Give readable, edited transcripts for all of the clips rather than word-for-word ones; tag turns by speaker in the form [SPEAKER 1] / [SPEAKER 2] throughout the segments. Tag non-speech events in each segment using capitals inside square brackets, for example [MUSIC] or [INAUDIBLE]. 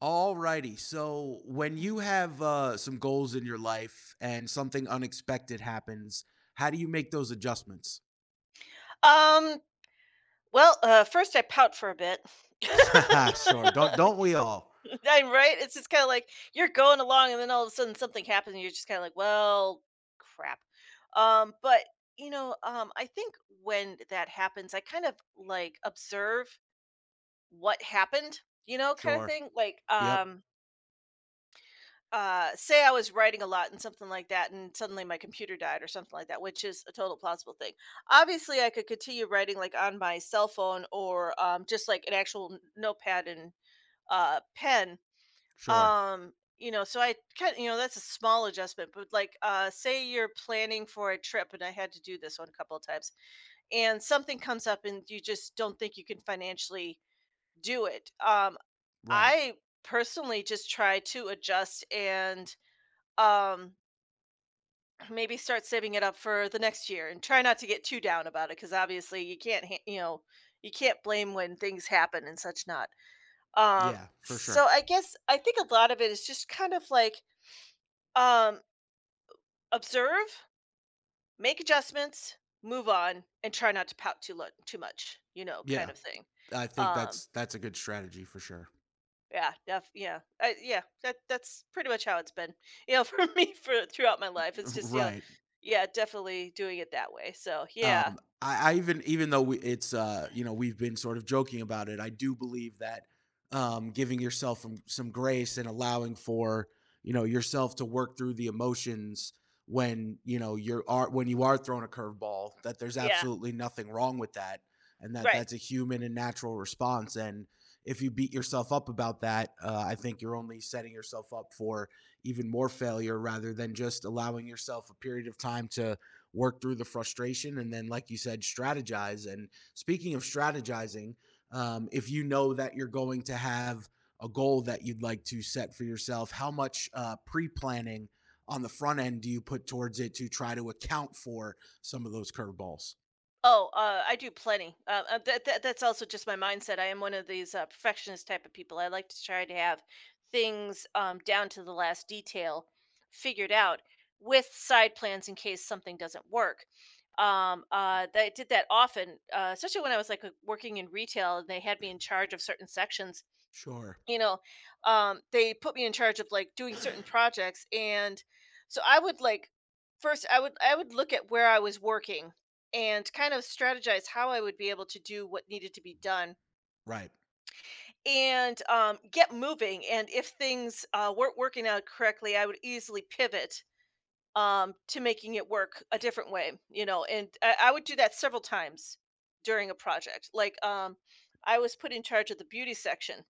[SPEAKER 1] All righty. So when you have some goals in your life and something unexpected happens, how do you make those adjustments?
[SPEAKER 2] Um, well, first I pout for a bit. [LAUGHS]
[SPEAKER 1] [LAUGHS] Sure. Don't we all?
[SPEAKER 2] I'm right. It's just kind of like you're going along, and then all of a sudden something happens, and you're just kind of like, "Well, crap." Um, but I think when that happens, I kind of like observe what happened, you know, kind of
[SPEAKER 1] Sure.
[SPEAKER 2] thing. Like,
[SPEAKER 1] Yep.
[SPEAKER 2] say I was writing a lot and something like that, and suddenly my computer died or something like that, which is a total plausible thing. Obviously, I could continue writing like on my cell phone or just like an actual notepad and pen.
[SPEAKER 1] Sure.
[SPEAKER 2] You know, so I kind of, you know, that's a small adjustment, but like, say you're planning for a trip, and I had to do this one a couple of times, and something comes up and you just don't think you can financially do it.
[SPEAKER 1] Right.
[SPEAKER 2] I personally just try to adjust and um maybe start saving it up for the next year and try not to get too down about it because obviously you can't ha- you know you can't blame when things happen and such not, um
[SPEAKER 1] Yeah, for sure.
[SPEAKER 2] so I guess I think a lot of it is just kind of like, um observe, make adjustments, move on and try not to pout too much, you know, kind
[SPEAKER 1] Yeah.
[SPEAKER 2] of thing.
[SPEAKER 1] I think
[SPEAKER 2] um
[SPEAKER 1] that's a good strategy for sure.
[SPEAKER 2] yeah, yeah, yeah that's pretty much how it's been, you know, [LAUGHS] for me for throughout my life. It's just, you know,
[SPEAKER 1] [LAUGHS] Right.
[SPEAKER 2] yeah, definitely doing it that way, so yeah.
[SPEAKER 1] I even though we, it's we've been sort of joking about it. I do believe that, giving yourself some grace and allowing for yourself to work through the emotions when you are thrown a curveball, that there's
[SPEAKER 2] Yeah,
[SPEAKER 1] absolutely nothing wrong with that, and that
[SPEAKER 2] right.
[SPEAKER 1] that's a human and natural response. And if you beat yourself up about that, I think you're only setting yourself up for even more failure rather than just allowing yourself a period of time to work through the frustration and then, like you said, strategize. And speaking of strategizing, if you know that you're going to have a goal that you'd like to set for yourself, how much pre-planning on the front end do you put towards it to try to account for some of those curveballs?
[SPEAKER 2] Oh, I do plenty. That's also just my mindset. I am one of these perfectionist type of people. I like to try to have things down to the last detail, figured out, with side plans in case something doesn't work. I did that often, especially when I was like working in retail and they had me in charge of certain sections,
[SPEAKER 1] Sure.
[SPEAKER 2] you know. They put me in charge of like doing certain projects, and so I would like first I would look at where I was working and kind of strategize how I would be able to do what needed to be done.
[SPEAKER 1] Right.
[SPEAKER 2] And get moving. And if things weren't working out correctly, I would easily pivot to making it work a different way, you know. And I would do that several times during a project. Like I was put in charge of the beauty section.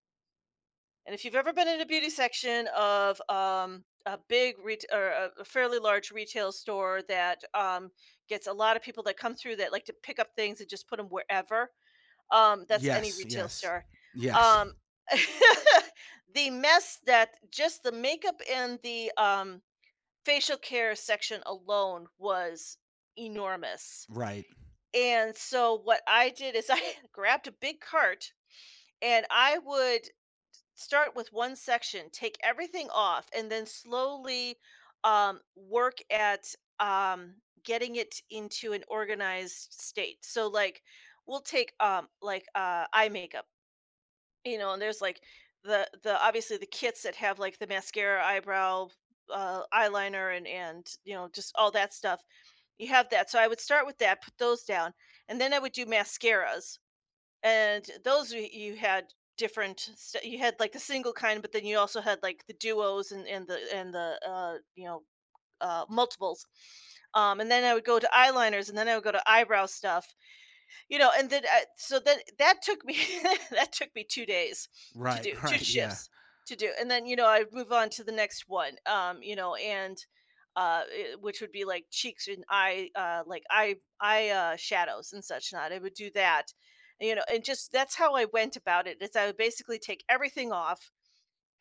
[SPEAKER 2] And if you've ever been in a beauty section of a big or a fairly large retail store, that gets a lot of people that come through that like to pick up things and just put them wherever, that's any
[SPEAKER 1] Yes.
[SPEAKER 2] retail
[SPEAKER 1] Yes.
[SPEAKER 2] store.
[SPEAKER 1] Yes.
[SPEAKER 2] Um, [LAUGHS] the mess that just the makeup and the facial care section alone was enormous.
[SPEAKER 1] Right.
[SPEAKER 2] And so what I did is I [LAUGHS] grabbed a big cart and I would start with one section, take everything off, and then slowly work at um, getting it into an organized state. So, like, we'll take like eye makeup, you know, and there's like the obviously the kits that have like the mascara, eyebrow, eyeliner, and you know just all that stuff. You have that. So I would start with that, put those down, and then I would do mascaras. And those, you had different you had like the single kind, but then you also had like the duos and and the you know multiples. And then I would go to eyeliners, and then I would go to eyebrow stuff, you know. And then so then that took me [LAUGHS] that took me 2 days to
[SPEAKER 1] Right.
[SPEAKER 2] do,
[SPEAKER 1] [LAUGHS]
[SPEAKER 2] two
[SPEAKER 1] Right. Yeah.
[SPEAKER 2] shifts to do. And then, you know, I move on to the next one, you know. And which would be like cheeks and eye like eye eye shadows and such not. I would do that, you know. And just that's how I went about it is I would basically take everything off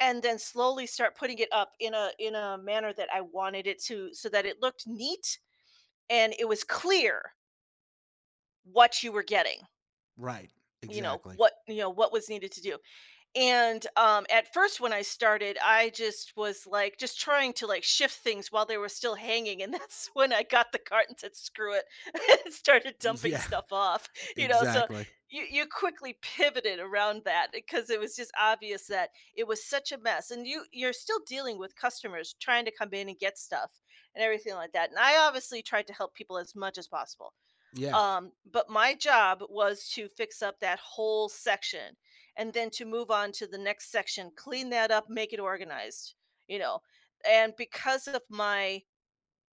[SPEAKER 2] and then slowly start putting it up in a manner that I wanted it to, so that it looked neat and it was clear what you were getting,
[SPEAKER 1] Right.
[SPEAKER 2] you know,
[SPEAKER 1] Exactly.
[SPEAKER 2] what you know what was needed to do. And at first when I started I just was like just trying to like shift things while they were still hanging. And that's [LAUGHS] when I got the cart and said screw it [LAUGHS] and started dumping
[SPEAKER 1] Yeah.
[SPEAKER 2] stuff off,
[SPEAKER 1] [LAUGHS]
[SPEAKER 2] you know. So
[SPEAKER 1] Exactly.
[SPEAKER 2] you quickly pivoted around that because it was just obvious that it was such a mess. And you're still dealing with customers trying to come in and get stuff and everything like that. And I obviously tried to help people as much as possible.
[SPEAKER 1] Yeah.
[SPEAKER 2] But my job was to fix up that whole section and then to move on to the next section, clean that up, make it organized, you know. And because of my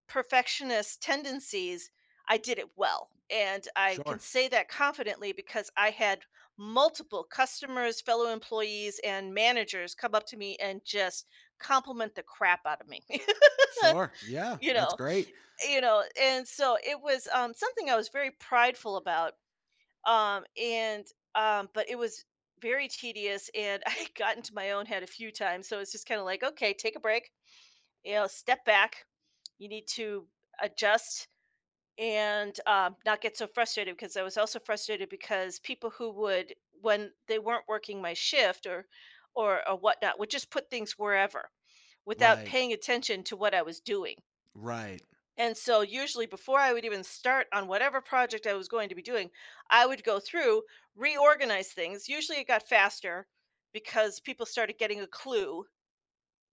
[SPEAKER 2] perfectionist tendencies, I did it well. And I can
[SPEAKER 1] Sure.
[SPEAKER 2] say that confidently because I had multiple customers, fellow employees, and managers come up to me and just compliment the crap out of me. [LAUGHS]
[SPEAKER 1] Sure. Yeah,
[SPEAKER 2] You
[SPEAKER 1] that's
[SPEAKER 2] know,
[SPEAKER 1] great.
[SPEAKER 2] you know, and so it was something I was very prideful about. And But it was very tedious and [LAUGHS] I got into my own head a few times. So it's just kind of like, okay, take a break, you know, step back, you need to adjust. And not get so frustrated, because I was also frustrated because people, who would when they weren't working my shift or whatnot, would just put things wherever without
[SPEAKER 1] Right.
[SPEAKER 2] paying attention to what I was doing.
[SPEAKER 1] Right.
[SPEAKER 2] And so usually before I would even start on whatever project I was going to be doing, I would go through, reorganize things. Usually it got faster because people started getting a clue.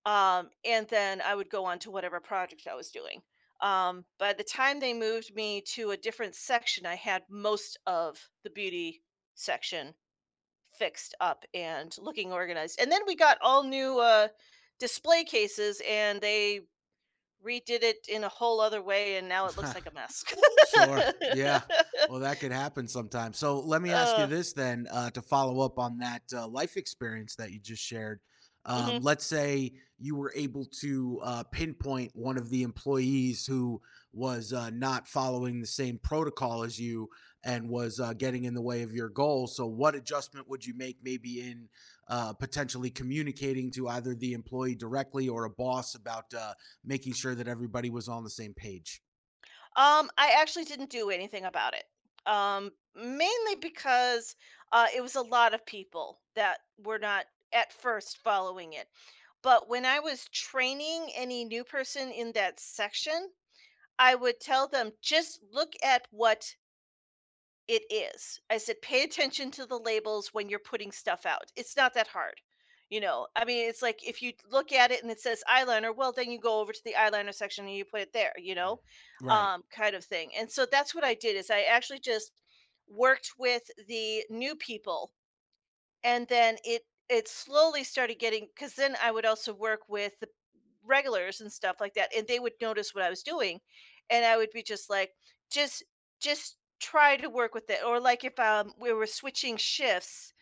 [SPEAKER 2] And then I would go on to whatever project I was doing. By the time they moved me to a different section, I had most of the beauty section fixed up and looking organized. And then we got all new display cases and they redid it in a whole other way, and now it
[SPEAKER 1] [LAUGHS]
[SPEAKER 2] looks like a mess.
[SPEAKER 1] Sure. Yeah. Well, that
[SPEAKER 2] [LAUGHS]
[SPEAKER 1] could happen sometimes. So let me ask you
[SPEAKER 2] Ugh,
[SPEAKER 1] this, then, to follow up on that life experience that you just shared. Um,
[SPEAKER 2] mhm.
[SPEAKER 1] let's say you were able to, pinpoint one of the employees who was, not following the same protocol as you and was, getting in the way of your goal. So what adjustment would you make, maybe in potentially communicating to either the employee directly or a boss, about making sure that everybody was on the same page?
[SPEAKER 2] I actually didn't do anything about it, mainly because, it was a lot of people that were not at first following it. But when I was training any new person in that section, I would tell them, "Just look at what it is." I said, "Pay attention to the labels when you're putting stuff out. It's not that hard." You know, I mean, it's like if you look at it and it says eyeliner, well, then you go over to the eyeliner section and you put it there, you
[SPEAKER 1] Mm.
[SPEAKER 2] know,
[SPEAKER 1] Right.
[SPEAKER 2] kind of thing. And so that's what I did, is I actually just worked with the new people. And then it slowly started getting, because then I would also work with the regulars and stuff like that, and they would notice what I was doing. And I would be just like, "Just just try to work with it," or like if, we were switching shifts,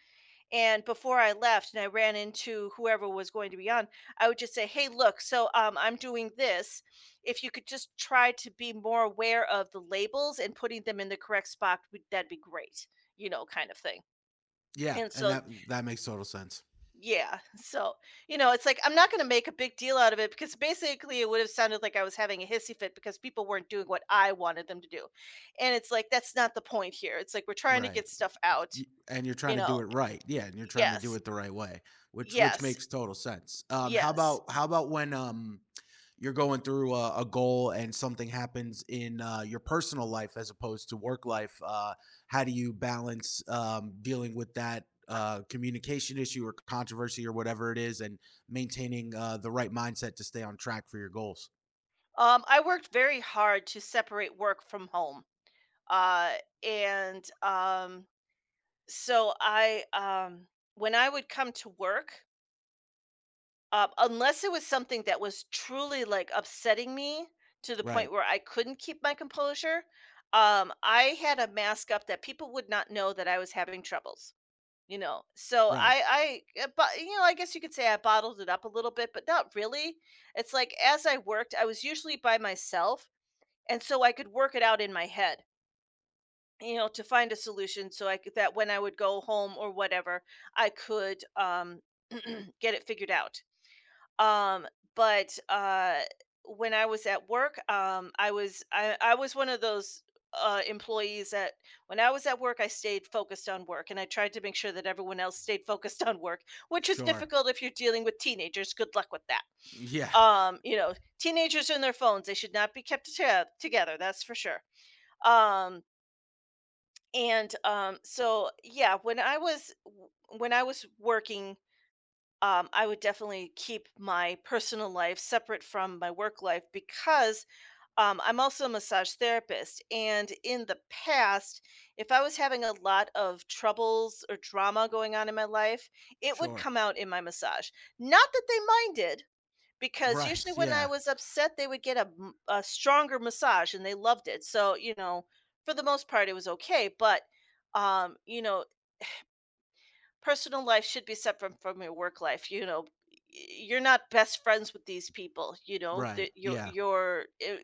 [SPEAKER 2] and before I left and I ran into whoever was going to be on, I would just say, "Hey, look, so, I'm doing this. If you could just try to be more aware of the labels and putting them in the correct spot, would that'd be great," you know, kind of thing.
[SPEAKER 1] Yeah,
[SPEAKER 2] And
[SPEAKER 1] and
[SPEAKER 2] so
[SPEAKER 1] that makes total sense.
[SPEAKER 2] yeah. So, you know, it's like I'm not going to make a big deal out of it because basically it would have sounded like I was having a hissy fit because people weren't doing what I wanted them to do. And it's like that's not the point here. It's like we're trying to
[SPEAKER 1] Right.
[SPEAKER 2] get stuff out,
[SPEAKER 1] And you're
[SPEAKER 2] you
[SPEAKER 1] trying to
[SPEAKER 2] know.
[SPEAKER 1] do it right. Yeah, and you're trying to do
[SPEAKER 2] Yes.
[SPEAKER 1] it the right way, which
[SPEAKER 2] Yes.
[SPEAKER 1] makes total sense. Um how
[SPEAKER 2] Yes.
[SPEAKER 1] about how about when you're going through a goal and something happens in, your personal life as opposed to work life. How do you balance, dealing with that communication issue or controversy or whatever it is, and maintaining the right mindset to stay on track for your goals?
[SPEAKER 2] I worked very hard to separate work from home. Uh and so I When I would come to work, unless it was something that was truly, like, upsetting me to the point
[SPEAKER 1] Right.
[SPEAKER 2] where I couldn't keep my composure, I had a mask up that people would not know that I was having troubles, you know? So
[SPEAKER 1] Right.
[SPEAKER 2] I but, you know, I guess you could say I bottled it up a little bit, but not really. It's like as I worked, I was usually by myself, and so I could work it out in my head, you know, to find a solution so I could that when I would go home or whatever, I could, [CLEARS THROAT] get it figured out. Um, but when I was at work, I was one of those employees that when I was at work, I stayed focused on work, and I tried to make sure that everyone else stayed focused on work, which is
[SPEAKER 1] Sure.
[SPEAKER 2] difficult if you're dealing with teenagers. Good luck with that.
[SPEAKER 1] Yeah.
[SPEAKER 2] Um, you know, teenagers and their phones, they should not be together. That's for sure. Um, and so yeah, when I was working I would definitely keep my personal life separate from my work life because I'm also a massage therapist. And in the past, if I was having a lot of troubles or drama going on in my life, it would
[SPEAKER 1] Sure.
[SPEAKER 2] come out in my massage. Not that they minded, because usually
[SPEAKER 1] Right.
[SPEAKER 2] when I
[SPEAKER 1] Yeah.
[SPEAKER 2] was upset, they would get a stronger massage and they loved it. So, you know, for the most part, it was okay. But um, you know, personal life should be separate from your work life. y- you're not best friends with these people. You know,
[SPEAKER 1] Right.
[SPEAKER 2] your
[SPEAKER 1] Yeah.
[SPEAKER 2] your uh,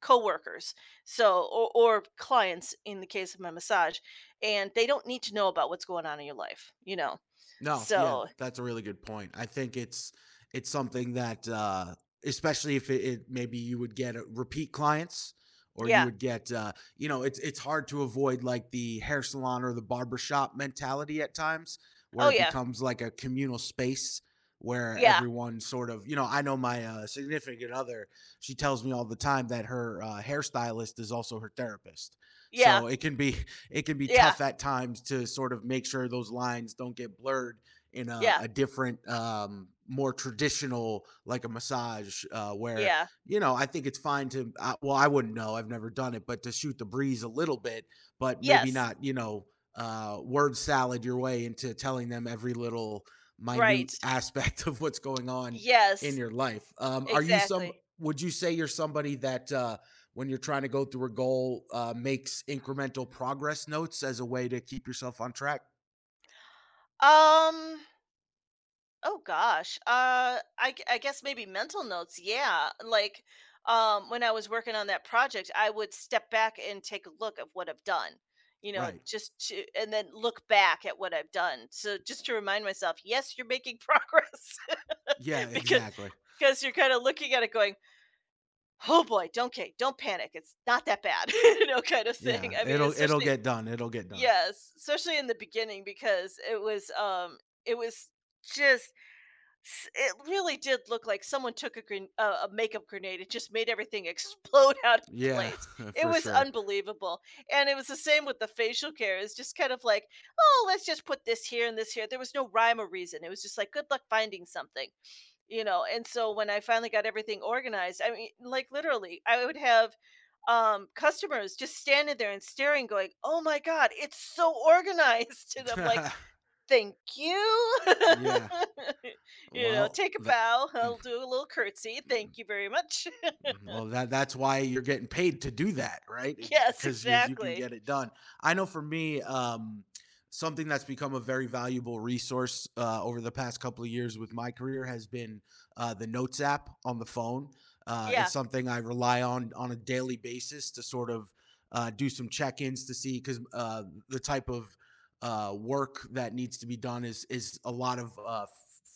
[SPEAKER 2] coworkers, or clients in the case of my massage, and they don't need to know about what's going on in your life, you know?
[SPEAKER 1] No, yeah,
[SPEAKER 2] So
[SPEAKER 1] that's a really good point. I think it's something that, especially if, it maybe you would get repeat clients, or you
[SPEAKER 2] yeah.
[SPEAKER 1] would get, it's hard to avoid, like, the hair salon or the barber shop mentality at times,
[SPEAKER 2] Oh
[SPEAKER 1] where it
[SPEAKER 2] Yeah,
[SPEAKER 1] becomes like a communal space, where
[SPEAKER 2] yeah,
[SPEAKER 1] everyone sort of, I know my, significant other, she tells me all the time that her, hairstylist is also her therapist.
[SPEAKER 2] yeah,
[SPEAKER 1] So it can be
[SPEAKER 2] yeah,
[SPEAKER 1] tough at times to sort of make sure those lines don't get blurred in a,
[SPEAKER 2] yeah,
[SPEAKER 1] a different, more traditional, like a massage, where,
[SPEAKER 2] yeah.
[SPEAKER 1] I think it's fine to, well, I wouldn't know. I've never done it, but to shoot the breeze a little bit, but maybe
[SPEAKER 2] Yes.
[SPEAKER 1] not, word salad your way into telling them every little minute
[SPEAKER 2] Right.
[SPEAKER 1] aspect [LAUGHS] of what's going on in
[SPEAKER 2] Yes.
[SPEAKER 1] your life. Um, are you some,
[SPEAKER 2] Exactly.
[SPEAKER 1] would you say you're somebody that, when you're trying to go through a goal, makes incremental progress notes as a way to keep yourself on track?
[SPEAKER 2] um Oh gosh. I guess maybe mental notes. Yeah. Like when I was working on that project, I would step back and take a look at what I've done. You know,
[SPEAKER 1] Right.
[SPEAKER 2] just to and then look back at what I've done. So just to remind myself, yes, you're making progress
[SPEAKER 1] Yeah,
[SPEAKER 2] [LAUGHS] because
[SPEAKER 1] exactly.
[SPEAKER 2] you're kind of looking at it going, "Oh boy, don't okay, don't panic. It's not that bad." [LAUGHS] You know, kind of thing.
[SPEAKER 1] Yeah,
[SPEAKER 2] I mean,
[SPEAKER 1] it'll,
[SPEAKER 2] especially
[SPEAKER 1] get done. It'll get done.
[SPEAKER 2] yes, especially in the beginning because it was just S it really did look like someone took a makeup grenade, it just made everything explode [LAUGHS] out of
[SPEAKER 1] Yeah.
[SPEAKER 2] place.
[SPEAKER 1] [LAUGHS]
[SPEAKER 2] It
[SPEAKER 1] For
[SPEAKER 2] was
[SPEAKER 1] sure.
[SPEAKER 2] unbelievable, and it was the same with the facial care, it's just kind of like, "Oh, let's just put this here and this here." There was no rhyme or reason, it was just like, "Good luck finding something," you know, and so when I finally got everything organized, I mean, like, literally, I would have, customers just standing there and staring going, "Oh my god, it's so organized," [LAUGHS] and I'm like,
[SPEAKER 1] [LAUGHS]
[SPEAKER 2] thank you.
[SPEAKER 1] Yeah.
[SPEAKER 2] [LAUGHS] You know,
[SPEAKER 1] Well,
[SPEAKER 2] take a
[SPEAKER 1] that.
[SPEAKER 2] bow.
[SPEAKER 1] Mm.
[SPEAKER 2] I'll do a little curtsy. Thank you very much.
[SPEAKER 1] Well, that's why you're getting paid to do that, right?
[SPEAKER 2] [LAUGHS] Yes,
[SPEAKER 1] Because you can
[SPEAKER 2] exactly.
[SPEAKER 1] get it done. I know for me, something that's become a very valuable resource, over the past couple of years with my career, has been the Notes app on the phone. It's
[SPEAKER 2] Yeah,
[SPEAKER 1] something I rely on a daily basis to sort of, do some check-ins, to see because the type of work that needs to be done is a lot of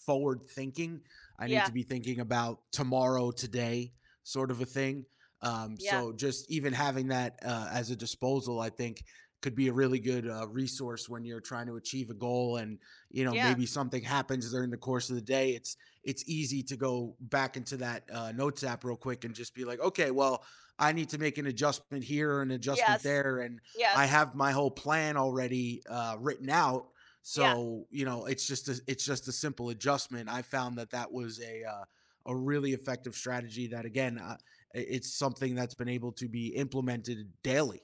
[SPEAKER 1] forward thinking. I need
[SPEAKER 2] yeah,
[SPEAKER 1] to be thinking about tomorrow, today, sort of a thing. Um,
[SPEAKER 2] yeah,
[SPEAKER 1] so just even having that, as a disposal, I think could be a really good, resource when you're trying to achieve a goal. And
[SPEAKER 2] yeah,
[SPEAKER 1] maybe something happens during the course of the day. It's easy to go back into that notes app real quick and just be like, okay, well, I need to make an adjustment here or an adjustment
[SPEAKER 2] yes,
[SPEAKER 1] there, and I
[SPEAKER 2] yes,
[SPEAKER 1] have my whole plan already, written out.
[SPEAKER 2] yeah,
[SPEAKER 1] So it's just, a simple adjustment. I found that was a really effective strategy. That again, it's something that's been able to be implemented daily,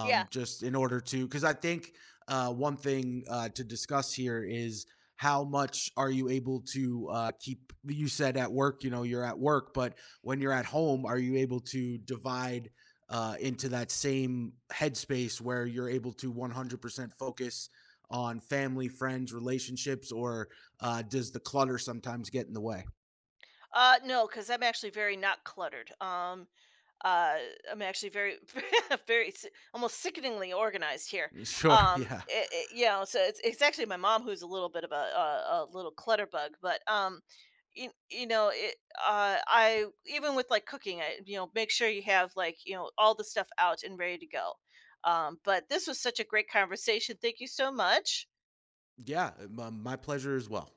[SPEAKER 2] yeah.
[SPEAKER 1] just in order to, because I think one thing to discuss here is how much are you able to, keep, you said at work, you're at work, but when you're at home, are you able to divide into that same headspace where you're able to 100% focus on family, friends, relationships, or does the clutter sometimes get in the way?
[SPEAKER 2] No, because I'm actually very not cluttered. Uh, I'm actually very, [LAUGHS] very s- almost sickeningly organized here.
[SPEAKER 1] Sure. [LAUGHS] Yeah.
[SPEAKER 2] You know, so it's actually my mom who's a little bit of a little clutter bug, but you know, it I even with like cooking, I you know make sure you have like you know all the stuff out and ready to go. But this was such a great conversation. Thank you so much.
[SPEAKER 1] Yeah. My pleasure as well.